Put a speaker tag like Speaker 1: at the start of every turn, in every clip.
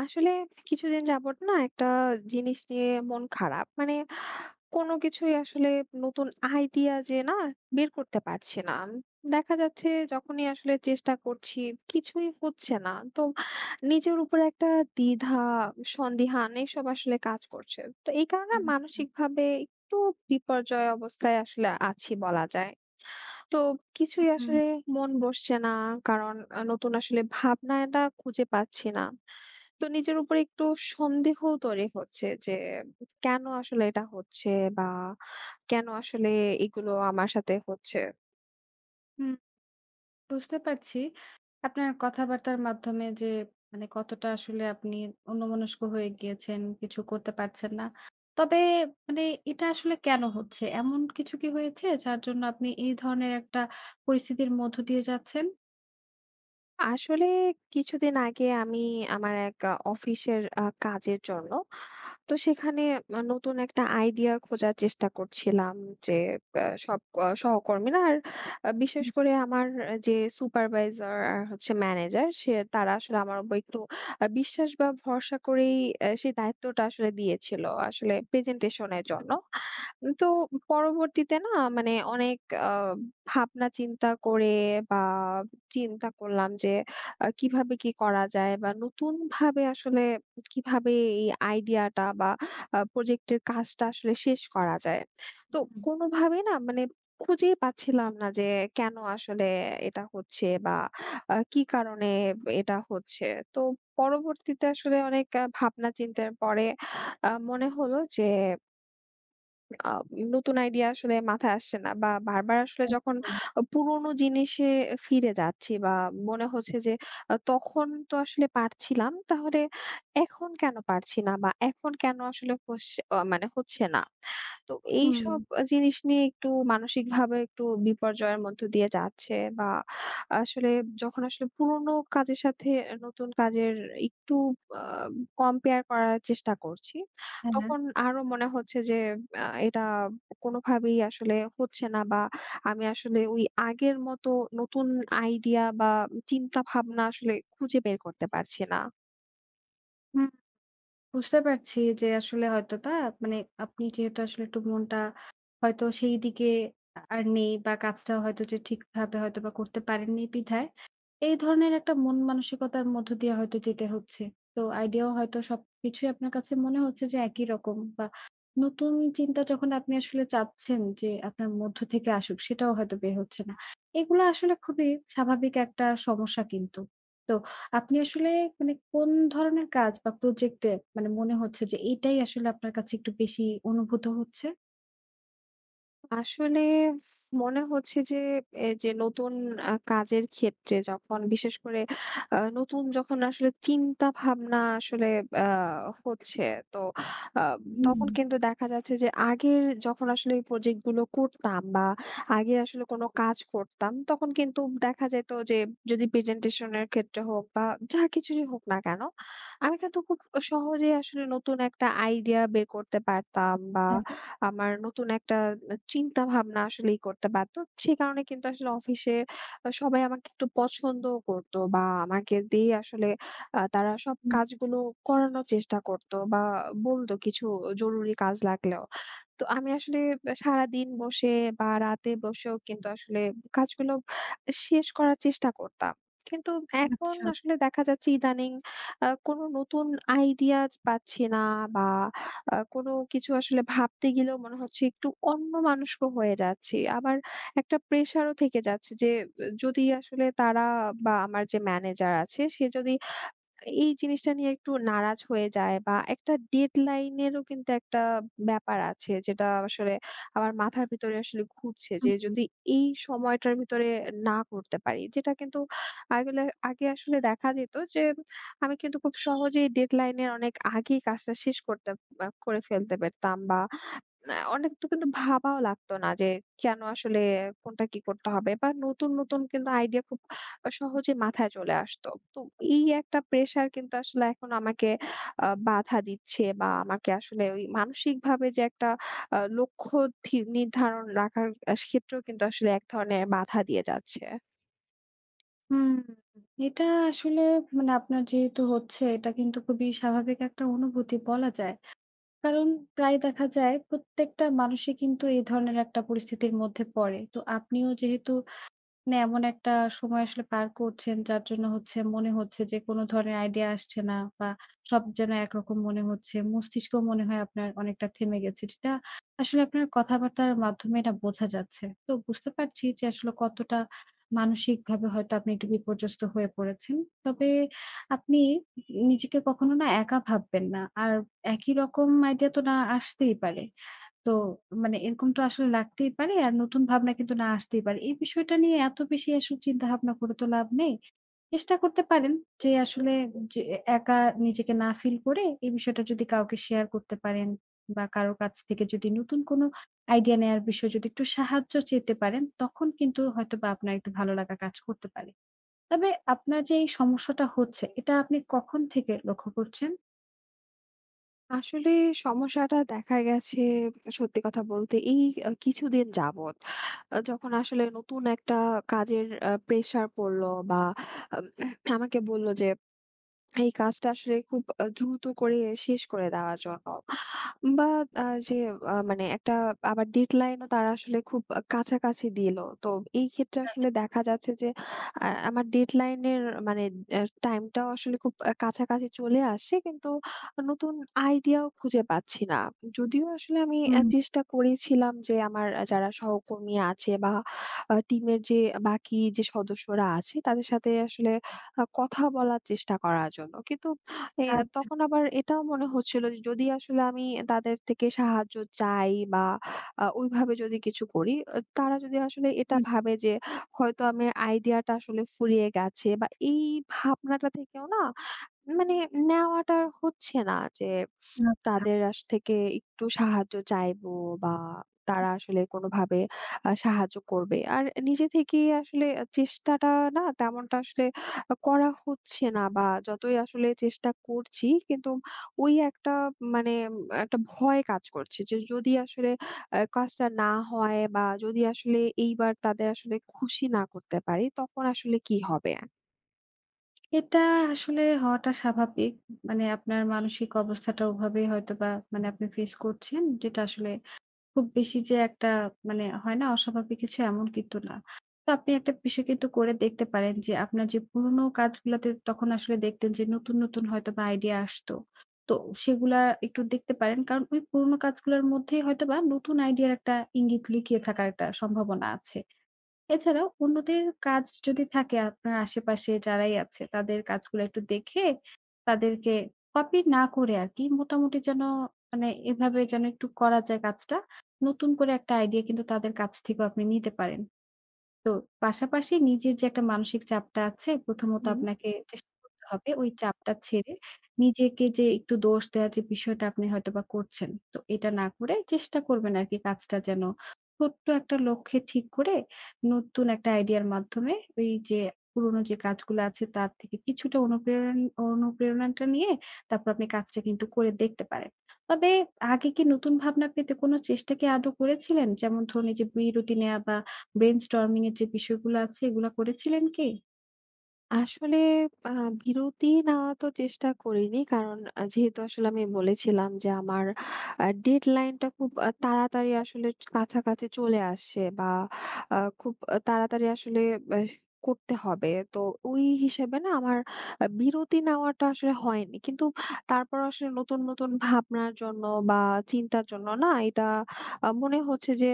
Speaker 1: আসলে কিছুদিন যাবত না একটা জিনিস নিয়ে মন খারাপ। মানে কোনো কিছুই আসলে নতুন আইডিয়া যে না বের করতে পারছি না। দেখা যাচ্ছে যখনই আসলে চেষ্টা করছি কিছুই হচ্ছে না। তো নিজের উপরে একটা দ্বিধা, সন্দিহান এসব আসলে কাজ করছে। তো এই কারণে
Speaker 2: হুম,
Speaker 1: মানসিকভাবে একটু বিপর্যয় অবস্থায় আসলে আছি বলা যায়। তো কিছুই আসলে মন বসছে না। কারণ নতুন আসলে ভাবনাটা খুঁজে পাচ্ছি না। তো নিজের উপর একটু সন্দেহ তৈরি হচ্ছে যে কেন আসলে এটা হচ্ছে বা কেন আসলে এগুলো আমার সাথে হচ্ছে।
Speaker 2: হুম, বুঝতে পারছি। আপনার কথাবার্তার মাধ্যমে যে মানে কতটা আসলে আপনি অন্যমনস্ক হয়ে গিয়েছেন, কিছু করতে পারছেন না। তবে মানে এটা আসলে কেন হচ্ছে? এমন কিছু কি হয়েছে যার জন্য আপনি এই ধরনের একটা পরিস্থিতির মধ্য দিয়ে যাচ্ছেন?
Speaker 1: আসলে কিছুদিন আগে আমি আমার এক অফিসের কাজের জন্য তো সেখানে নতুন একটা আইডিয়া খোঁজার চেষ্টা করছিলাম যে সব সহকর্মীরা আর বিশেষ
Speaker 2: হুম,
Speaker 1: করে আমার যে সুপারভাইজার আর হচ্ছে ম্যানেজার সে তারা আসলে আমার উপর একটু বিশ্বাস বা ভরসা করেই সেই দায়িত্বটা আসলে দিয়েছিল আসলে প্রেজেন্টেশনের জন্য। তো পরবর্তীতে না মানে অনেক আ ভাবনা চিন্তা করে বা চিন্তা করলাম যে কিভাবে কি করা যায় বা নতুনভাবে আসলে কিভাবে এই আইডিয়াটা বা প্রজেক্টের কাজটা আসলে শেষ করা যায়। তো
Speaker 2: হুম,
Speaker 1: কোনোভাবে না মানে খুঁজেই পাচ্ছিলাম না যে কেন আসলে এটা হচ্ছে বা কি কারণে এটা হচ্ছে। তো পরবর্তীতে আসলে অনেক ভাবনা চিন্তার পরে মনে হলো যে আ নতুন আইডিয়া আসলে মাথায় আসছে না বা বারবার আসলে যখন পুরোনো জিনিসে ফিরে যাচ্ছি বা মনে হচ্ছে যে তখন তো আসলে পারছিলাম। তাহলে এখন কেন পারছি না বা এখন কেন আসলে হচ্ছে মানে হচ্ছে না। তো
Speaker 2: হুম,
Speaker 1: এইসব জিনিস নিয়ে একটু মানসিকভাবে একটু বিপর্যয়ের মধ্য দিয়ে যাচ্ছে বা আসলে যখন আসলে পুরোনো কাজের সাথে নতুন কাজের একটু আ কম্পেয়ার করার চেষ্টা করছি,
Speaker 2: হ্যাঁ, হ্যাঁ।
Speaker 1: তখন আরো মনে হচ্ছে যে এটা কোনোভাবেই আসলে হচ্ছে না বা আমি আসলে ওই আগের মতো নতুন আইডিয়া বা চিন্তা ভাবনা আসলে খুঁজে বের করতে পারছি না।
Speaker 2: হুম। বুঝতে পারছি যে আসলে হয়তোবা মানে আপনি যেহেতু আসলে একটু মনটা হয়তো সেই দিকে আর নেই বা কাজটা হয়তো যে ঠিকভাবে হয়তোবা করতে পারেননি বিধায় এই ধরনের একটা মন মানসিকতার মধ্য দিয়ে হয়তো যেতে হচ্ছে। তো আইডিয়াও হয়তো সবকিছুই আপনার কাছে মনে হচ্ছে যে একই রকম, বা নতুন চিন্তা যখন আপনি আসলে চাচ্ছেন যে আপনার মধ্য থেকে আসুক, সেটাও হয়তো বের হচ্ছে না। এগুলো আসলে খুবই স্বাভাবিক একটা সমস্যা কিন্তু। তো আপনি আসলে মানে কোন ধরনের কাজ বা প্রজেক্ট এ মানে মনে হচ্ছে যে এটাই আসলে আপনার কাছে একটু বেশি অনুভূত হচ্ছে?
Speaker 1: আসলে মনে হচ্ছে যে এ যে নতুন কাজের ক্ষেত্রে যখন বিশেষ করে নতুন যখন আসলে চিন্তা ভাবনা আসলে আ হচ্ছে তো আ
Speaker 2: হুম।
Speaker 1: তখন কিন্তু দেখা যাচ্ছে যে আগের যখন আসলে এই প্রজেক্ট গুলো করতাম বা আগে আসলে কোনো কাজ করতাম তখন কিন্তু দেখা যেত যে যদি প্রেজেন্টেশনের ক্ষেত্রে হোক বা যা কিছুরই হোক না কেন আমি কিন্তু খুব সহজেই আসলে নতুন একটা আইডিয়া বের করতে পারতাম বা
Speaker 2: হ্যাঁ,
Speaker 1: আমার নতুন একটা চিন্তা ভাবনা আসলেই করতে পারতো। সে কারণে কিন্তু আসলে অফিসে সবাই আমাকে একটু পছন্দও করতো বা আমাকে দিয়ে আসলে তারা সব
Speaker 2: হুম,
Speaker 1: কাজগুলো করানোর চেষ্টা করতো বা বলতো কিছু জরুরি কাজ লাগলেও। তো আমি আসলে সারাদিন বসে বা রাতে বসেও কিন্তু আসলে কাজগুলো শেষ করার চেষ্টা করতাম। কিন্তু এখন
Speaker 2: আচ্ছা।
Speaker 1: আসলে দেখা যাচ্ছে ইদানিং কোনো নতুন আইডিয়া পাচ্ছি না বা কোনো কিছু আসলে ভাবতে গেলেও মনে হচ্ছে একটু অন্যমনস্ক হয়ে যাচ্ছি। আবার একটা প্রেশারও থেকে যাচ্ছে যে, যদি আসলে তারা বা আমার যে ম্যানেজার আছে সে যদি এই জিনিসটা নিয়ে একটু নারাজ হয়ে যায় বা একটা ডেডলাইন এরও কিন্তু একটা ব্যাপার আছে যেটা আসলে আমার মাথার ভিতরে আসলে ঘুরছে যে
Speaker 2: হুম।
Speaker 1: যদি এই সময়টার ভিতরে না করতে পারি, যেটা কিন্তু আগলে আগে আসলে দেখা যেত যে আমি কিন্তু খুব সহজেই ডেডলাইনের অনেক আগেই কাজটা শেষ করতে বা করে ফেলতে পারতাম বা না অনেক তো কিন্তু ভাবাও লাগতো না যে কেন আসলে কোনটা কি করতে হবে বা নতুন নতুন কিন্তু আইডিয়া খুব সহজে মাথায় চলে আসতো। তো এই একটা প্রেশার কিন্তু আসলে এখন আমাকে বাধা দিচ্ছে বা আমাকে আসলে ওই মানসিকভাবে যে একটা লক্ষ্য নির্ধারণ রাখার ক্ষেত্রেও কিন্তু আসলে এক ধরনের বাধা দিয়ে যাচ্ছে।
Speaker 2: হুম, এটা আসলে মানে আপনার যেহেতু হচ্ছে, এটা কিন্তু খুবই স্বাভাবিক একটা অনুভূতি বলা যায়। কারণ প্রায় দেখা যায় প্রত্যেকটা মানুষই কিন্তু এই ধরনের একটা পরিস্থিতির মধ্যে পড়ে। তো আপনিও যেহেতু মানে এমন একটা সময় আসলে পার করছেন, যার জন্য হচ্ছে মনে হচ্ছে যে কোনো ধরনের আইডিয়া আসছে না, বা সব যেন একরকম মনে হচ্ছে। মস্তিষ্ক মনে হয় আপনার অনেকটা থেমে গেছে। যেটা আসলে আপনার কথাবার্তার মাধ্যমে এটা বোঝা যাচ্ছে। তো বুঝতে পারছি যে আসলে কতটা মানসিকভাবে হয়তো আপনি একটু বিপর্যস্ত হয়ে পড়েছেন। তবে আপনি নিজেকে কখনো না একা ভাববেন না। আর একই রকম আইডিয়া তো না আসতেই পারে। তো মানে এরকম তো আসলে লাগতেই পারে, আর নতুন ভাবনা কিন্তু না আসতেই পারে। এই বিষয়টা নিয়ে এত বেশি আসলে চিন্তাভাবনা করে তো লাভ নেই। চেষ্টা করতে পারেন যে আসলে যে একা নিজেকে না ফিল করে এই বিষয়টা যদি কাউকে শেয়ার করতে পারেন, বা কারো কাছ থেকে যদি নতুন কোনো আইডিয়া নেয়ার বিষয়ে যদি একটু সাহায্য চেতে পারেন, তখন কিন্তু হয়তোবা আপনার একটু ভালো লাগা কাজ করতে পারে। তবে আপনার যে এই সমস্যাটা হচ্ছে, এটা আপনি কখন থেকে লক্ষ্য করছেন?
Speaker 1: আসলে সমস্যাটা দেখা গেছে, সত্যি কথা বলতে এই কিছুদিন যাবৎ। যখন আসলে নতুন একটা কাজের প্রেশার পড়লো বা আ আমাকে বলল যে এই কাজটা আসলে খুব দ্রুত করে শেষ করে দেওয়ার জন্য। বা যে মানে একটা আবার ডেডলাইন ও তারা আসলে খুব কাছাকাছি দিল। তো এই ক্ষেত্রে আসলে দেখা যাচ্ছে যে আমার ডেডলাইন এর মানে এ টাইমটাও আসলে খুব কাছাকাছি চলে আসছে। কিন্তু নতুন আইডিয়াও খুঁজে পাচ্ছি না। যদিও আসলে আমি
Speaker 2: হুম।
Speaker 1: চেষ্টা করেছিলাম যে আমার যারা সহকর্মী আছে বা টিমের যে বাকি যে সদস্যরা আছে তাদের সাথে আসলে কথা বলার চেষ্টা করার জন্য। কিন্তু এ
Speaker 2: আচ্ছা।
Speaker 1: তখন আবার এটাও মনে হচ্ছিল যে যদি আসলে আমি তাদের থেকে সাহায্য চাই বা ওইভাবে যদি কিছু করি, তারা যদি আসলে এটা
Speaker 2: হুম,
Speaker 1: ভাবে যে হয়তো আমার আইডিয়াটা আসলে ফুরিয়ে গেছে বা এই ভাবনাটা থেকেও না মানে নেওয়াটা হচ্ছে না যে
Speaker 2: আচ্ছা।
Speaker 1: তাদের থেকে একটু সাহায্য চাইবো বা তারা আসলে কোনোভাবে সাহায্য করবে। আর নিজে থেকেই আসলে চেষ্টাটা না তেমনটা আসলে করা হচ্ছে না, বা যতই আসলে চেষ্টা করছি কিন্তু ওই একটা মানে একটা ভয় কাজ করছে যে যদি আসলে কাজটা না হয় বা যদি আসলে এইবার তাদের আসলে খুশি না করতে পারি তখন আসলে কি হবে?
Speaker 2: এটা আসলে হওয়াটা স্বাভাবিক। মানে আপনার মানসিক অবস্থাটা ওভাবে হয়তোবা মানে আপনি ফেস করছেন। যেটা আসলে খুব বেশি যে একটা মানে হয় না, অস্বাভাবিক কিছু এমন কিন্তু না। তো আপনি একটা বিষয় কিন্তু করে দেখতে পারেন যে আপনার যে পুরোনো কাজগুলাতে তখন আসলে দেখতেন যে নতুন, নতুন হয়তোবা আইডিয়া আসতো। তো সেগুলা একটু দেখতে পারেন। কারণ ওই পুরোনো কাজগুলার মধ্যেই হয়তোবা নতুন আইডিয়ার একটা ইঙ্গিত লুকিয়ে থাকার একটা সম্ভাবনা আছে। এছাড়াও অন্যদের কাজ যদি থাকে আপনার আশেপাশে যারাই আছে, তাদের কাজগুলো একটু দেখে তাদেরকে কপি না করে আরকি মোটামুটি যেন মানে এভাবে যেন একটু করা যায় কাজটা। নতুন করে একটা আইডিয়া কিন্তু তাদের কাছ থেকেও আপনি নিতে পারেন। তো পাশাপাশি নিজের যে একটা মানসিক চাপটা আছে, প্রথমত
Speaker 1: হুম।
Speaker 2: আপনাকে চেষ্টা করতে হবে ওই চাপটা ছেড়ে নিজেকে যে একটু দোষ দেওয়ার যে বিষয়টা আপনি হয়তোবা করছেন। তো এটা না করে চেষ্টা করবেন আরকি কাজটা যেন ছোট্ট একটা লক্ষ্যে ঠিক করে নতুন একটা আইডিয়ার মাধ্যমে ওই যে পুরোনো যে কাজগুলো আছে তার থেকে কিছুটা অনুপ্রেরণাটা নিয়ে তারপর আপনি কাজটা কিন্তু করে দেখতে পারেন। তবে আগে কি নতুন ভাবনা পেতে কোনো চেষ্টা কি আদৌ করেছিলেন? যেমন ধরুন, এই যে বিরতি নেয়া বা ব্রেইনস্টর্মিং এর যে বিষয়গুলো আছে এগুলা করেছিলেন কি?
Speaker 1: আসলে আ বিরতি নেওয়া তো চেষ্টা করিনি। কারণ যেহেতু আসলে আমি বলেছিলাম যে আমার ডেডলাইন টা খুব তাড়াতাড়ি আসলে কাছাকাছি চলে আসছে বা খুব তাড়াতাড়ি আসলে ব্যাস করতে হবে। তো ওই হিসেবে না আমার বিরতি নেওয়াটা আসলে হয়নি। কিন্তু তারপর আসলে নতুন, নতুন ভাবনার জন্য বা চিন্তার জন্য না এটা মনে হচ্ছে যে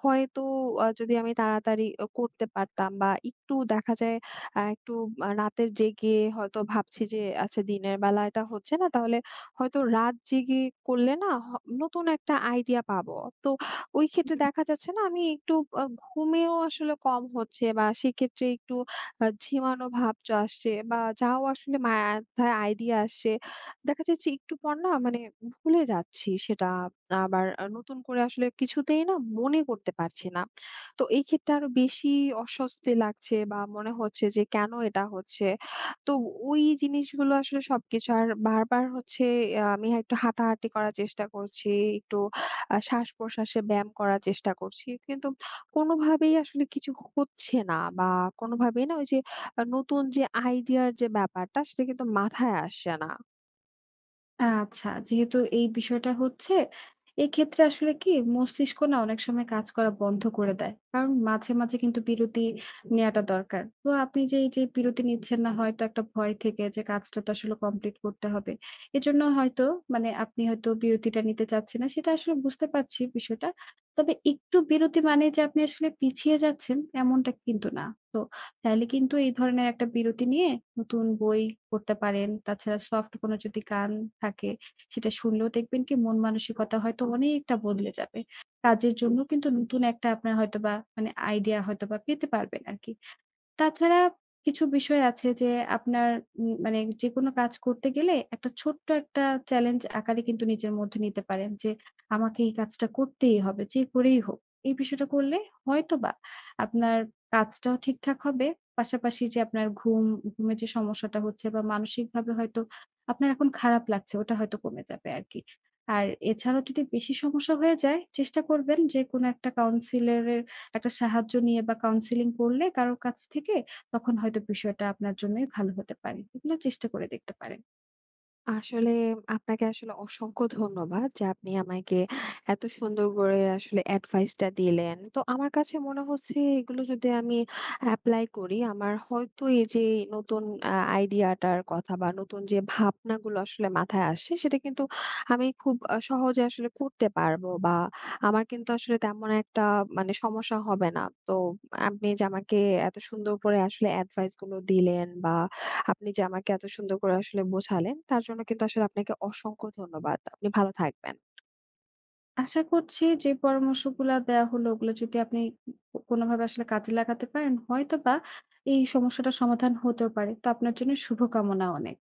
Speaker 1: হয়তো যদি আমি তাড়াতাড়ি করতে পারতাম বা একটু দেখা যায় একটু রাতের জেগে হয়তো ভাবছি যে আচ্ছা দিনের বেলা এটা হচ্ছে না, তাহলে হয়তো রাত জেগে করলে না নতুন একটা আইডিয়া পাবো। তো ওই ক্ষেত্রে দেখা যাচ্ছে না আমি একটু ঘুমেও আসলে কম হচ্ছে বা সেক্ষেত্রে একটু ঝিমানো ভাব আসছে বা যাও আসলে মাথায় আইডিয়া আসছে। দেখা যাচ্ছে একটু পর না মানে ভুলে যাচ্ছি সেটা, আবার নতুন করে আসলে কিছুতেই না মনে করতে পারছি না। তো এই ক্ষেত্রে আরো বেশি অস্বস্তি লাগছে বা মনে হচ্ছে যে কেন এটা হচ্ছে। তো ওই জিনিসগুলো আসলে সবকিছু আর বারবার হচ্ছে, আমি একটু হাঁটাহাঁটি করার চেষ্টা করছি, একটু শ্বাস-প্রশ্বাসে ব্যায়াম করার চেষ্টা করছি। কিন্তু কোনোভাবেই আসলে কিছু হচ্ছে না বা কোনোভাবেই না ওই যে নতুন যে আইডিয়ার যে ব্যাপারটা সেটা কিন্তু মাথায় আসছে না।
Speaker 2: আচ্ছা, যেহেতু এই বিষয়টা হচ্ছে, এক্ষেত্রে আসলে কি মস্তিষ্ক না অনেক সময় কাজ করা বন্ধ করে দেয়। কারণ মাঝে, মাঝে কিন্তু বিরতি নেয়াটা দরকার। তো আপনি যে এই যে বিরতি নিচ্ছেন না, হয়তো একটা ভয় থেকে যে কাজটা তো আসলে কমপ্লিট করতে হবে। এজন্য হয়তো মানে আপনি হয়তো বিরতিটা নিতে চাচ্ছেন না, সেটা আসলে বুঝতে পারছি বিষয়টা। তবে একটু বিরতি মানে যে আপনি আসলে পিছিয়ে যাচ্ছেন এমনটা কিন্তু না। তো চাইলে কিন্তু এই ধরনের একটা বিরতি নিয়ে নতুন বই পড়তে পারেন। তাছাড়া সফট কোনো যদি গান থাকে, সেটা শুনলেও দেখবেন কি মন মানসিকতা হয়তো অনেকটা বদলে যাবে। কাজের জন্য কিন্তু নতুন একটা আপনার হয়তোবা মানে আইডিয়া হয়তোবা পেতে পারবেন আরকি। তাছাড়া কিছু বিষয় আছে যে আপনার মানে যেকোনো কাজ করতে গেলে একটা ছোট্ট একটা চ্যালেঞ্জ আকারে কিন্তু নিজের মধ্যে নিতে পারেন যে, আমাকে এই কাজটা করতেই হবে যে করেই হোক। এই বিষয়টা করলে হয়তোবা আপনার কাজটাও ঠিকঠাক হবে। পাশাপাশি যে আপনার ঘুম, ঘুমের যে সমস্যাটা হচ্ছে বা মানসিকভাবে হয়তো আপনার এখন খারাপ লাগছে, ওটা হয়তো কমে যাবে আরকি। আর এছাড়াও যদি বেশি সমস্যা হয়ে যায়, চেষ্টা করবেন যে কোনো একটা কাউন্সিলরের একটা সাহায্য নিয়ে বা কাউন্সেলিং করলে কারো কাছ থেকে, তখন হয়তো বিষয়টা আপনার জন্যই ভালো হতে পারে। এগুলো চেষ্টা করে দেখতে পারেন।
Speaker 1: আসলে আপনাকে আসলে অসংখ্য ধন্যবাদ যে আপনি আমাকে এত সুন্দর করে আসলে অ্যাডভাইসটা দিলেন। তো আমার কাছে মনে হচ্ছে এগুলো যদি আমি এপ্লাই করি আমার হয়তো এই যে নতুন আইডিয়াটার কথা বা নতুন যে ভাবনাগুলো আসলে মাথায় আসে সেটা কিন্তু আমি খুব সহজে আসলে করতে পারবো বা আমার কিন্তু আসলে তেমন একটা মানে সমস্যা হবে না। তো আপনি যে আমাকে এত সুন্দর করে আসলে অ্যাডভাইসগুলো দিলেন বা আপনি যে আমাকে এত সুন্দর করে আসলে বোঝালেন তার জন্য কিন্তু আসলে আপনাকে অসংখ্য ধন্যবাদ। আপনি ভালো থাকবেন।
Speaker 2: আশা করছি যে পরামর্শগুলা দেয়া হলো ওগুলো যদি আপনি কোনোভাবে আসলে কাজে লাগাতে পারেন, হয়তোবা এই সমস্যাটার সমাধান হতেও পারে। তো আপনার জন্য শুভকামনা অনেক।